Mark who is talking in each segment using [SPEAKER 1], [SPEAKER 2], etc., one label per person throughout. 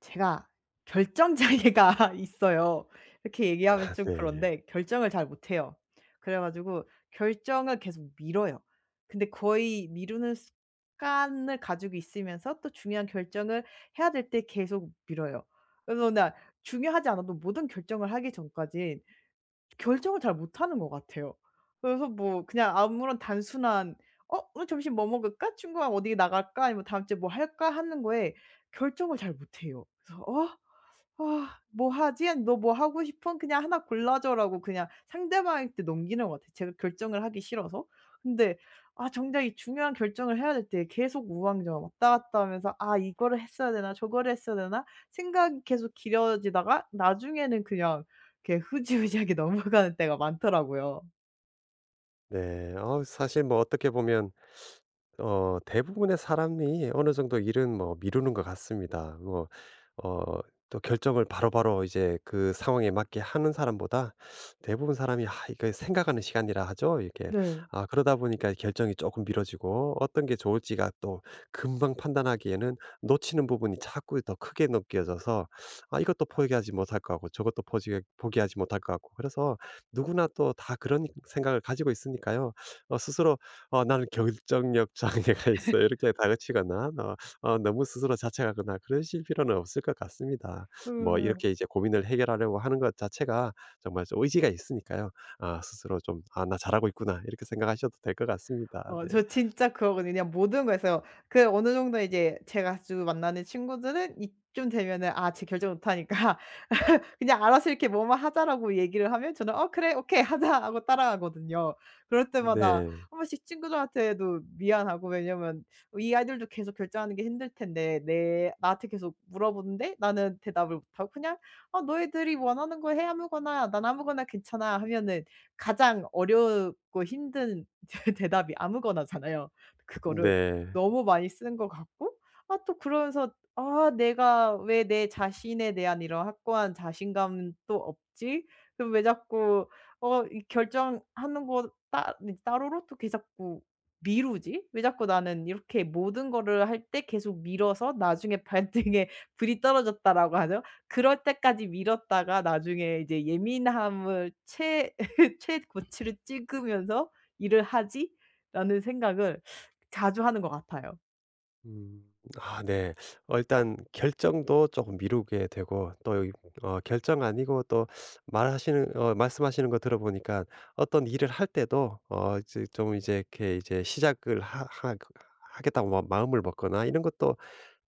[SPEAKER 1] 제가 결정 장애가 있어요. 이렇게 얘기하면 좀
[SPEAKER 2] 네.
[SPEAKER 1] 그런데 결정을 잘 못해요. 그래 가지고 결정을 계속 미뤄요. 근데 거의 미루는 습관을 가지고 있으면서 또 중요한 결정을 해야 될 때 계속 미뤄요. 그래서 나 중요하지 않아도 모든 결정을 하기 전까지 결정을 잘 못하는 것 같아요. 그래서 뭐 그냥 아무런 단순한 '어 오늘 점심 뭐 먹을까? 친구랑 어디 나갈까? 아니면 다음 주에 뭐 할까?' 하는 거에 결정을 잘 못해요. 그래서 어 아 "뭐 하지? 너 뭐 하고 싶은? 그냥 하나 골라줘."라고 그냥 상대방한테 넘기는 것 같아요, 제가 결정을 하기 싫어서. 근데 아 정작 이 중요한 결정을 해야 될 때 계속 우왕좌왕 왔다 갔다 하면서 '아 이거를 했어야 되나? 저거를 했어야 되나?' 생각이 계속 길어지다가 나중에는 그냥 이렇게 흐지부지하게 넘어가는 때가 많더라고요.
[SPEAKER 2] 네. 사실 뭐 어떻게 보면 대부분의 사람이 어느 정도 일은 뭐 미루는 것 같습니다. 어 또 결정을 바로바로 이제 그 상황에 맞게 하는 사람보다 대부분 사람이 아 이거 생각하는 시간이라 하죠. 이렇게
[SPEAKER 1] 네.
[SPEAKER 2] 아 그러다 보니까 결정이 조금 미뤄지고 어떤 게 좋을지가 또 금방 판단하기에는 놓치는 부분이 자꾸 더 크게 느껴져서 아 이것도 포기하지 못할 것 같고 저것도 포 포기하지 못할 것 같고 그래서 누구나 또 다 그런 생각을 가지고 있으니까요. 어 스스로 어 '나는 결정력 장애가 있어요.' 이렇게 다그치거나 너무 스스로 자책하거나 그러실 필요는 없을 것 같습니다. 뭐 이렇게 이제 고민을 해결하려고 하는 것 자체가 정말 좀 의지가 있으니까요. 아 스스로 좀 '아 나 잘하고 있구나.' 이렇게 생각하셔도 될 것 같습니다.
[SPEAKER 1] 어
[SPEAKER 2] 네.
[SPEAKER 1] 저 진짜 그러거든요. 그냥 모든 거에서 그 어느 정도 이제 제가 자주 만나는 친구들은 이쯤 되면은 아 제 결정 못 하니까 그냥 알아서 이렇게 "뭐뭐 하자."라고 얘기를 하면 저는 "어 그래. 오케이. 하자." 하고 따라가거든요. 그럴 때마다
[SPEAKER 2] 네.
[SPEAKER 1] 한 번씩 친구들한테도 미안하고 왜냐면 이 아이들도 계속 결정하는 게 힘들 텐데 내 나한테 계속 물어보는데 나는 대답을 못 하고 그냥 "어 너희들이 원하는 거 해. 아무거나. 난 아무거나 괜찮아." 하면은 가장 어렵고 힘든 대답이 아무거나잖아요. 그거를
[SPEAKER 2] 네.
[SPEAKER 1] 너무 많이 쓴 것 같고 아 또 그러면서 '아 내가 왜 내 자신에 대한 이런 확고한 자신감도 없지? 그럼 왜 자꾸 어 이 결정하는 거 따 따로로 또계 자꾸 미루지? 왜 자꾸 나는 이렇게 모든 거를 할 때 계속 미뤄서 나중에 발등에 불이 떨어졌다.'라고 하죠. 그럴 때까지 미뤘다가 나중에 이제 예민함을 채 최고치를 찍으면서 일을 하지?'라는 생각을 자주 하는 것 같아요.
[SPEAKER 2] 음. 아 네. 어 일단 결정도 조금 미루게 되고 또 이 어 결정 아니고 또 말하시는 어 말씀하시는 거 들어보니까 어떤 일을 할 때도 이제 시작을 하 하 하겠다고 마 마음을 먹거나 이런 것도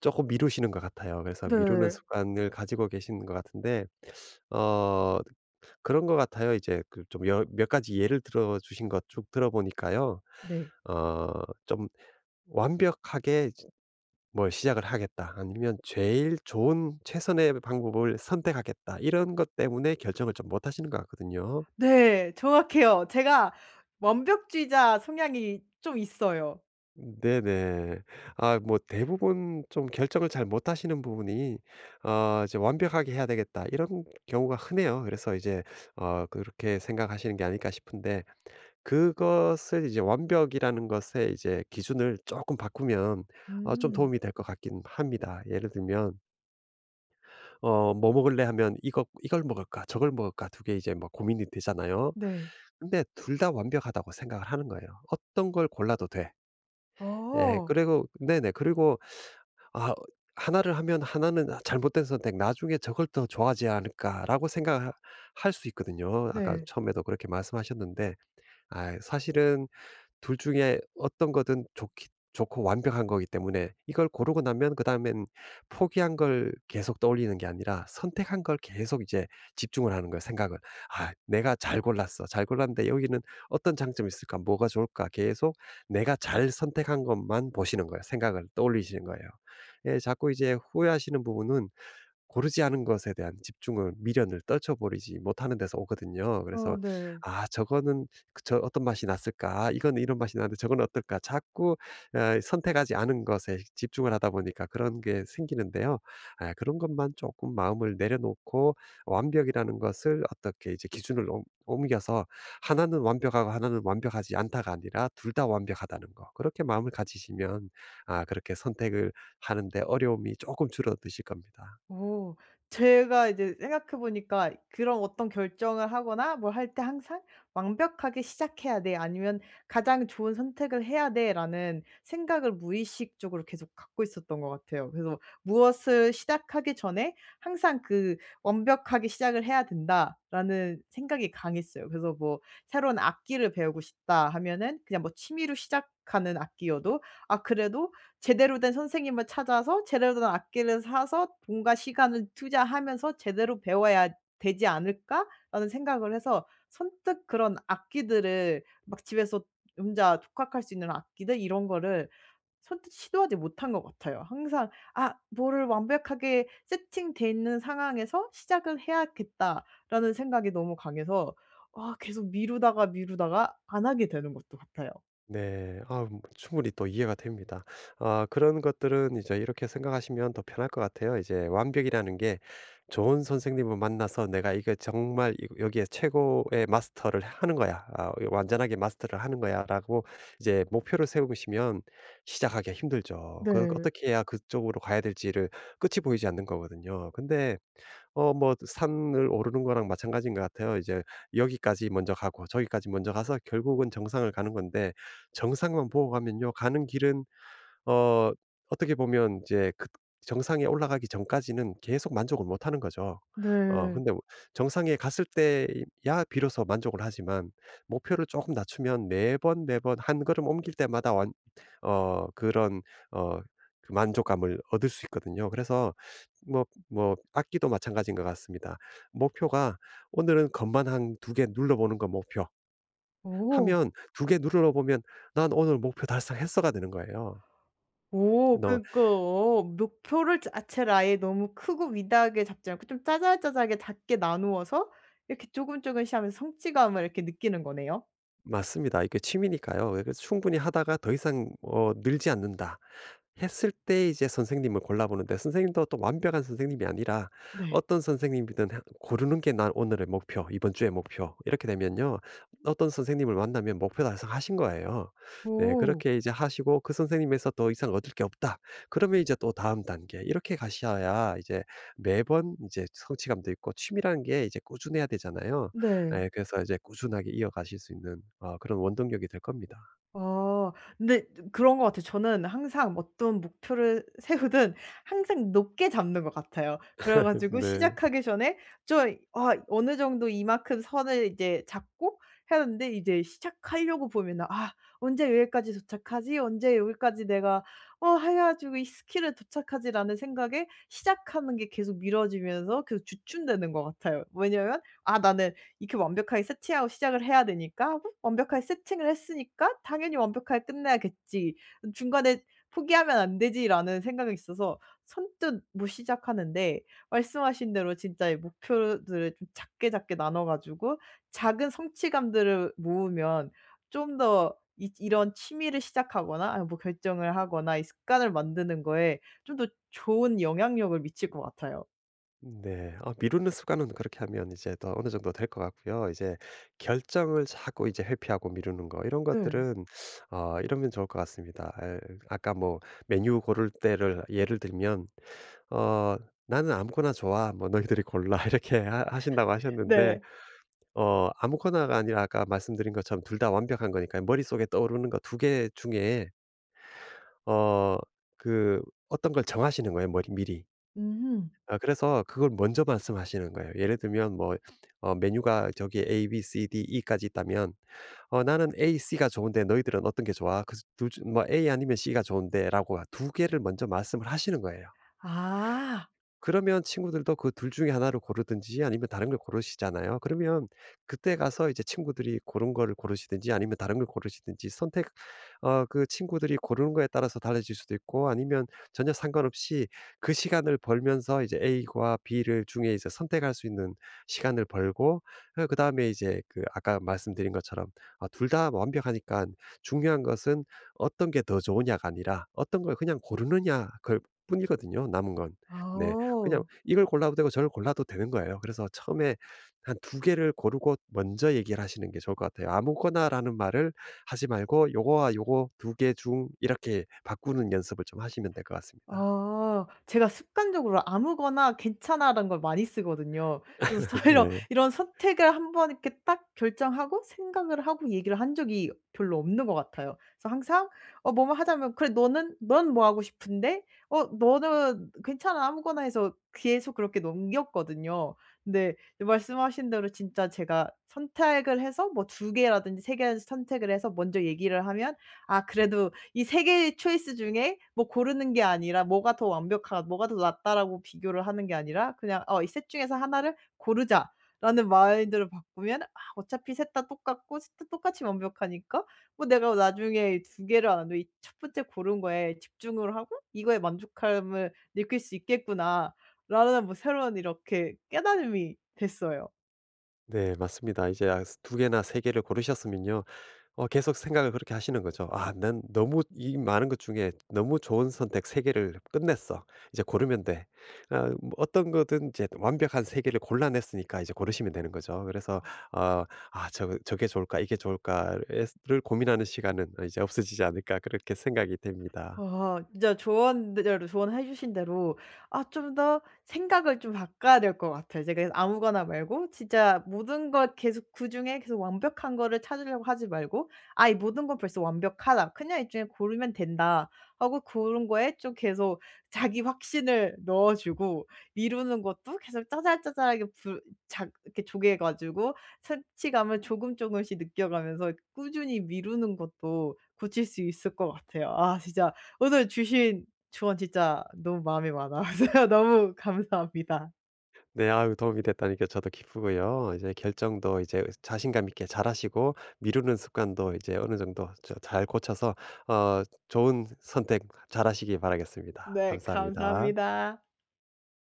[SPEAKER 2] 조금 미루시는 것 같아요. 그래서 미루는
[SPEAKER 1] 네.
[SPEAKER 2] 습관을 가지고 계신 것 같은데 어 그런 것 같아요. 이제 그 좀 몇 가지 예를 들어 주신 것 쭉 들어보니까요.
[SPEAKER 1] 네.
[SPEAKER 2] 어 좀 완벽하게 뭘 시작을 하겠다. 아니면 제일 좋은 최선의 방법을 선택하겠다. 이런 것 때문에 결정을 좀 못 하시는 것 같거든요.
[SPEAKER 1] 네. 정확해요. 제가 완벽주의자 성향이 좀 있어요.
[SPEAKER 2] 네네. 아, 뭐, 대부분 좀 결정을 잘 못 하시는 부분이, 어, 이제 완벽하게 해야 되겠다. 이런 경우가 흔해요. 그래서 이제, 어, 그렇게 생각하시는 게 아닐까 싶은데, 그것을 이제 완벽이라는 것에 이제 기준을 조금 바꾸면, 어, 좀
[SPEAKER 1] 음.
[SPEAKER 2] 도움이 될 것 같긴 합니다. 예를 들면, 어 뭐 먹을래 하면 이거 이걸 먹을까 저걸 먹을까 두 개 이제 막 고민이 되잖아요.
[SPEAKER 1] 네.
[SPEAKER 2] 근데 둘 다 완벽하다고 생각을 하는 거예요. 어떤 걸 골라도 돼. 예.
[SPEAKER 1] 어.
[SPEAKER 2] 그리고 네네. 그리고 아나를 하면 하나는 '아 잘못된 선택. 나중에 저걸 더 좋아하지 않을까.'라고 생각할 수 있거든요. 아까
[SPEAKER 1] 네.
[SPEAKER 2] 처음에도 그렇게 말씀하셨는데 아 사실은 둘 중에 어떤 거든 좋기 좋고 완벽한 거기 때문에 이걸 고르고 나면 그다음엔 포기한 걸 계속 떠올리는 게 아니라 선택한 걸 계속 이제 집중을 하는 거예요, 생각을. '아 내가 잘 골랐어. 잘 골랐는데 여기는 어떤 장점이 있을까? 뭐가 좋을까?' 계속 내가 잘 선택한 것만 보시는 거예요. 생각을 떠올리시는 거예요. 예 자꾸 이제 후회하시는 부분은 고르지 않은 것에 대한 집중을 미련을 떨쳐버리지 못하는 데서 오거든요.
[SPEAKER 1] 어
[SPEAKER 2] 그래서
[SPEAKER 1] 네.
[SPEAKER 2] '아 저거는 그저 어떤 맛이 났을까? 이거는 이런 맛이 나는데 저건 어떨까?' 자꾸 아 선택하지 않은 것에 집중을 하다 보니까 그런 게 생기는데요. 아 그런 것만 조금 마음을 내려놓고 완벽이라는 것을 어떻게 이제 기준을 옮 옮겨서 하나는 완벽하고 하나는 완벽하지 않다가 아니라 '둘 다 완벽하다는 거.' 그렇게 마음을 가지시면 아 그렇게 선택을 하는 데 어려움이 조금 줄어드실 겁니다.
[SPEAKER 1] 오. 제가 이제 생각해 보니까 그런 어떤 결정을 하거나 뭘 할 때 항상 '완벽하게 시작해야 돼.' 아니면 '가장 좋은 선택을 해야 돼.'라는 생각을 무의식적으로 계속 갖고 있었던 것 같아요. 그래서 무엇을 시작하기 전에 항상 그 '완벽하게 시작을 해야 된다.'라는 생각이 강했어요. 그래서 뭐 새로운 악기를 배우고 싶다 하면은 그냥 뭐 취미로 시작하는 악기여도 '아 그래도 제대로 된 선생님을 찾아서 제대로 된 악기를 사서 돈과 시간을 투자하면서 제대로 배워야 되지 않을까?'라는 생각을 해서 선뜻 그런 악기들을 막 집에서 혼자 독학할 수 있는 악기들 이런 거를 선뜻 시도하지 못한 것 같아요. 항상 '아 뭐를 완벽하게 세팅돼 있는 상황에서 시작을 해야겠다.'라는 생각이 너무 강해서 아 계속 미루다가 미루다가 안 하게 되는 것도 같아요.
[SPEAKER 2] 네. 아 뭐 충분히 또 이해가 됩니다. 아 그런 것들은 이제 이렇게 생각하시면 더 편할 것 같아요. 이제 완벽이라는 게 좋은 선생님을 만나서 '내가 이거 정말 이 여기에 최고의 마스터를 하는 거야. 아 완전하게 마스터를 하는 거야.'라고 이제 목표를 세우시면 시작하기가 힘들죠. 그
[SPEAKER 1] 네.
[SPEAKER 2] 어떻게 해야 그쪽으로 가야 될지를 끝이 보이지 않는 거거든요. 근데 어 뭐 산을 오르는 거랑 마찬가지인 것 같아요. 이제 여기까지 먼저 가고 저기까지 먼저 가서 결국은 정상을 가는 건데 정상만 보고 가면요 가는 길은 어 어떻게 보면 이제 그 정상에 올라가기 전까지는 계속 만족을 못 하는 거죠. 어
[SPEAKER 1] 네.
[SPEAKER 2] 근데 뭐 정상에 갔을 때야 비로소 만족을 하지만 목표를 조금 낮추면 매번, 매번 한 걸음 옮길 때마다 완 어 그런 어 그 만족감을 얻을 수 있거든요. 그래서 뭐 악기도 마찬가지인 것 같습니다. 목표가 '오늘은 건반 한 2 개 눌러 보는 거 목표.'
[SPEAKER 1] 어.
[SPEAKER 2] 하면 2개 눌러 보면 '난 오늘 목표 달성했어.'가 되는 거예요.
[SPEAKER 1] 오
[SPEAKER 2] 너
[SPEAKER 1] 그거 목표를 자체를 아예 너무 크고 위대하게 잡지 않고 좀 짜잘짜잘하게 작게 나누어서 이렇게 조금조금씩 하면서 성취감을 이렇게 느끼는 거네요?
[SPEAKER 2] 맞습니다. 이게 취미니까요. 예 그래서 충분히 하다가 더 이상 어 늘지 않는다. 했을 때 이제 선생님을 골라보는데 선생님도 또 완벽한 선생님이 아니라
[SPEAKER 1] 네.
[SPEAKER 2] 어떤 선생님이든 하- 고르는 게 난 오늘의 목표, 이번 주의 목표. 이렇게 되면요. 어떤 선생님을 만나면 목표 달성하신 거예요. 네,
[SPEAKER 1] 오.
[SPEAKER 2] 그렇게 이제 하시고 그 선생님에서 더 이상 얻을 게 없다. 그러면 이제 또 다음 단계. 이렇게 가셔야 이제 매번 이제 성취감도 있고 취미라는 게 이제 꾸준해야 되잖아요.
[SPEAKER 1] 네.
[SPEAKER 2] 예, 그래서 이제 꾸준하게 이어가실 수 있는 어, 그런 원동력이 될 겁니다.
[SPEAKER 1] 어 근데 그런 것 같아요. 저는 항상 어떤 목표를 세우든 항상 높게 잡는 것 같아요. 그래 가지고
[SPEAKER 2] 네.
[SPEAKER 1] 시작하기 전에 좀 아 어느 정도 이만큼 선을 이제 잡고 했는데 이제 시작하려고 보면 '아 언제 여기까지 도착하지? 언제 여기까지 내가 어 해 가지고 이 스킬을 도착하지.'라는 생각에 시작하는 게 계속 미뤄지면서 계속 주춤되는 것 같아요. 왜냐면 '아 나는 이렇게 완벽하게 세팅하고 시작을 해야 되니까 어? '완벽하게 세팅을 했으니까 당연히 완벽하게 끝내야겠지. 중간에 포기하면 안 되지.'라는 생각이 있어서 선뜻 못 시작하는데 말씀하신 대로 진짜 이 목표들을 좀 작게 작게 나눠 가지고 작은 성취감들을 모으면 좀 더 이 이런 취미를 시작하거나 아니면 뭐 결정을 하거나 이 습관을 만드는 거에 좀 더 좋은 영향력을 미칠 것 같아요.
[SPEAKER 2] 네. 아 미루는 습관은 그렇게 하면 이제 또 어느 정도 될 것 같고요. 이제 결정을 자꾸 이제 회피하고 미루는 거 이런
[SPEAKER 1] 네.
[SPEAKER 2] 것들은 어 이러면 좋을 것 같습니다. 에, 아까 뭐 메뉴 고를 때를 예를 들면 어 "나는 아무거나 좋아. 뭐 너희들이 골라." 이렇게 하 하신다고 하셨는데
[SPEAKER 1] 네.
[SPEAKER 2] 어 아무거나가 아니라 아까 말씀드린 것처럼 둘 다 완벽한 거니까요. 머릿속에 떠오르는 거 두 개 중에 어 그 어떤 걸 정하시는 거예요 머리 미리.
[SPEAKER 1] 음.
[SPEAKER 2] 아 그래서 그걸 먼저 말씀하시는 거예요. 예를 들면 뭐 어 메뉴가 저기 A, B, C, D, E까지 있다면 "어 나는 A, C가 좋은데 너희들은 어떤 게 좋아?" 그래서 중뭐 "A 아니면 C가 좋은데."라고 두 개를 먼저 말씀을 하시는 거예요.
[SPEAKER 1] 아.
[SPEAKER 2] 그러면 친구들도 그 둘 중에 하나를 고르든지 아니면 다른 걸 고르시잖아요. 그러면 그때 가서 이제 친구들이 고른 걸 고르시든지 아니면 다른 걸 고르시든지 선택 어 그 친구들이 고르는 거에 따라서 달라질 수도 있고 아니면 전혀 상관없이 그 시간을 벌면서 이제 A와 B를 중에 이제 선택할 수 있는 시간을 벌고 어 그다음에 이제 그 아까 말씀드린 것처럼 아 둘 다 완벽하니까 중요한 것은 어떤 게 더 좋으냐가 아니라 어떤 걸 그냥 고르느냐 그 뿐이거든요 남은 건. 네.
[SPEAKER 1] 아.
[SPEAKER 2] 그냥 이걸 골라도 되고 저를 골라도 되는 거예요. 그래서 처음에 한 두 개를 고르고 먼저 얘기를 하시는 게 좋을 것 같아요. 아무거나라는 말을 하지 말고 요거와 요거 두 개 중 이렇게 바꾸는 연습을 좀 하시면 될 것 같습니다.
[SPEAKER 1] 아. 제가 습관적으로 아무거나 괜찮아라는 걸 많이 쓰거든요. 그래서 오히려
[SPEAKER 2] 네.
[SPEAKER 1] 이런 선택을 한번 이렇게 딱 결정하고 생각을 하고 얘기를 한 적이 별로 없는 것 같아요. 그래서 항상 어 뭐뭐 하자면 "그래 너는 넌 뭐 하고 싶은데? 어 너는 괜찮아 아무거나." 해서 계속 그렇게 넘겼거든요. 근데 말씀하신 대로 진짜 제가 선택을 해서 뭐 두 개라든지 세 개를 선택을 해서 먼저 얘기를 하면 '아 그래도 이 세 개의 초이스 중에 뭐 고르는 게 아니라 뭐가 더 낫다라고 비교를 하는 게 아니라 그냥 '어 이 셋 중에서 하나를 고르자.'라는 마인드를 바꾸면 '아 어차피 셋 다 똑같고 셋 다 똑같이 완벽하니까 뭐 내가 나중에 이 개를 안 하고 이 첫 번째 고른 거에 집중을 하고 이거에 만족함을 느낄 수 있겠구나.'라는 뭐 새로운 이렇게 깨달음이 됐어요.
[SPEAKER 2] 네 맞습니다. 이제 아 두 개나 세 개를 고르셨으면요. 어 계속 생각을 그렇게 하시는 거죠. '아 난 너무 이 많은 것 중에 너무 좋은 선택 세 개를 끝냈어. 이제 고르면 돼.' 아 뭐 어떤 거든 이제 완벽한 세 개를 골라냈으니까 이제 고르시면 되는 거죠. 그래서 어 '아 저게 좋을까? 이게 좋을까?'를 고민하는 시간은 이제 없어지지 않을까 그렇게 생각이 됩니다.
[SPEAKER 1] 아 진짜 조언대로 조언해 주신 대로 아 좀 더 생각을 좀 바꿔야 될 것 같아요. 제가 아무거나 말고 진짜 모든 걸 계속 그중에 계속 완벽한 거를 찾으려고 하지 말고 '아 이 모든 건 벌써 완벽하다. 그냥 이 중에 고르면 된다.' 하고 고른 거에 좀 계속 자기 확신을 넣어 주고 미루는 것도 계속 짜잘짜잘하게 부 자, 이렇게 조개 가지고 성취감을 조금 조금씩 느껴가면서 꾸준히 미루는 것도 고칠 수 있을 것 같아요. 아 진짜 오늘 주신 조언 진짜 너무 마음에 와 닿아서요. 너무 감사합니다.
[SPEAKER 2] 네. 아유 도움이 됐다니까 저도 기쁘고요. 이제 결정도 이제 자신감 있게 잘하시고 미루는 습관도 이제 어느 정도 저잘 고쳐서 어 좋은 선택 잘하시기 바라겠습니다.
[SPEAKER 1] 네
[SPEAKER 2] 감사합니다.
[SPEAKER 1] 감사합니다.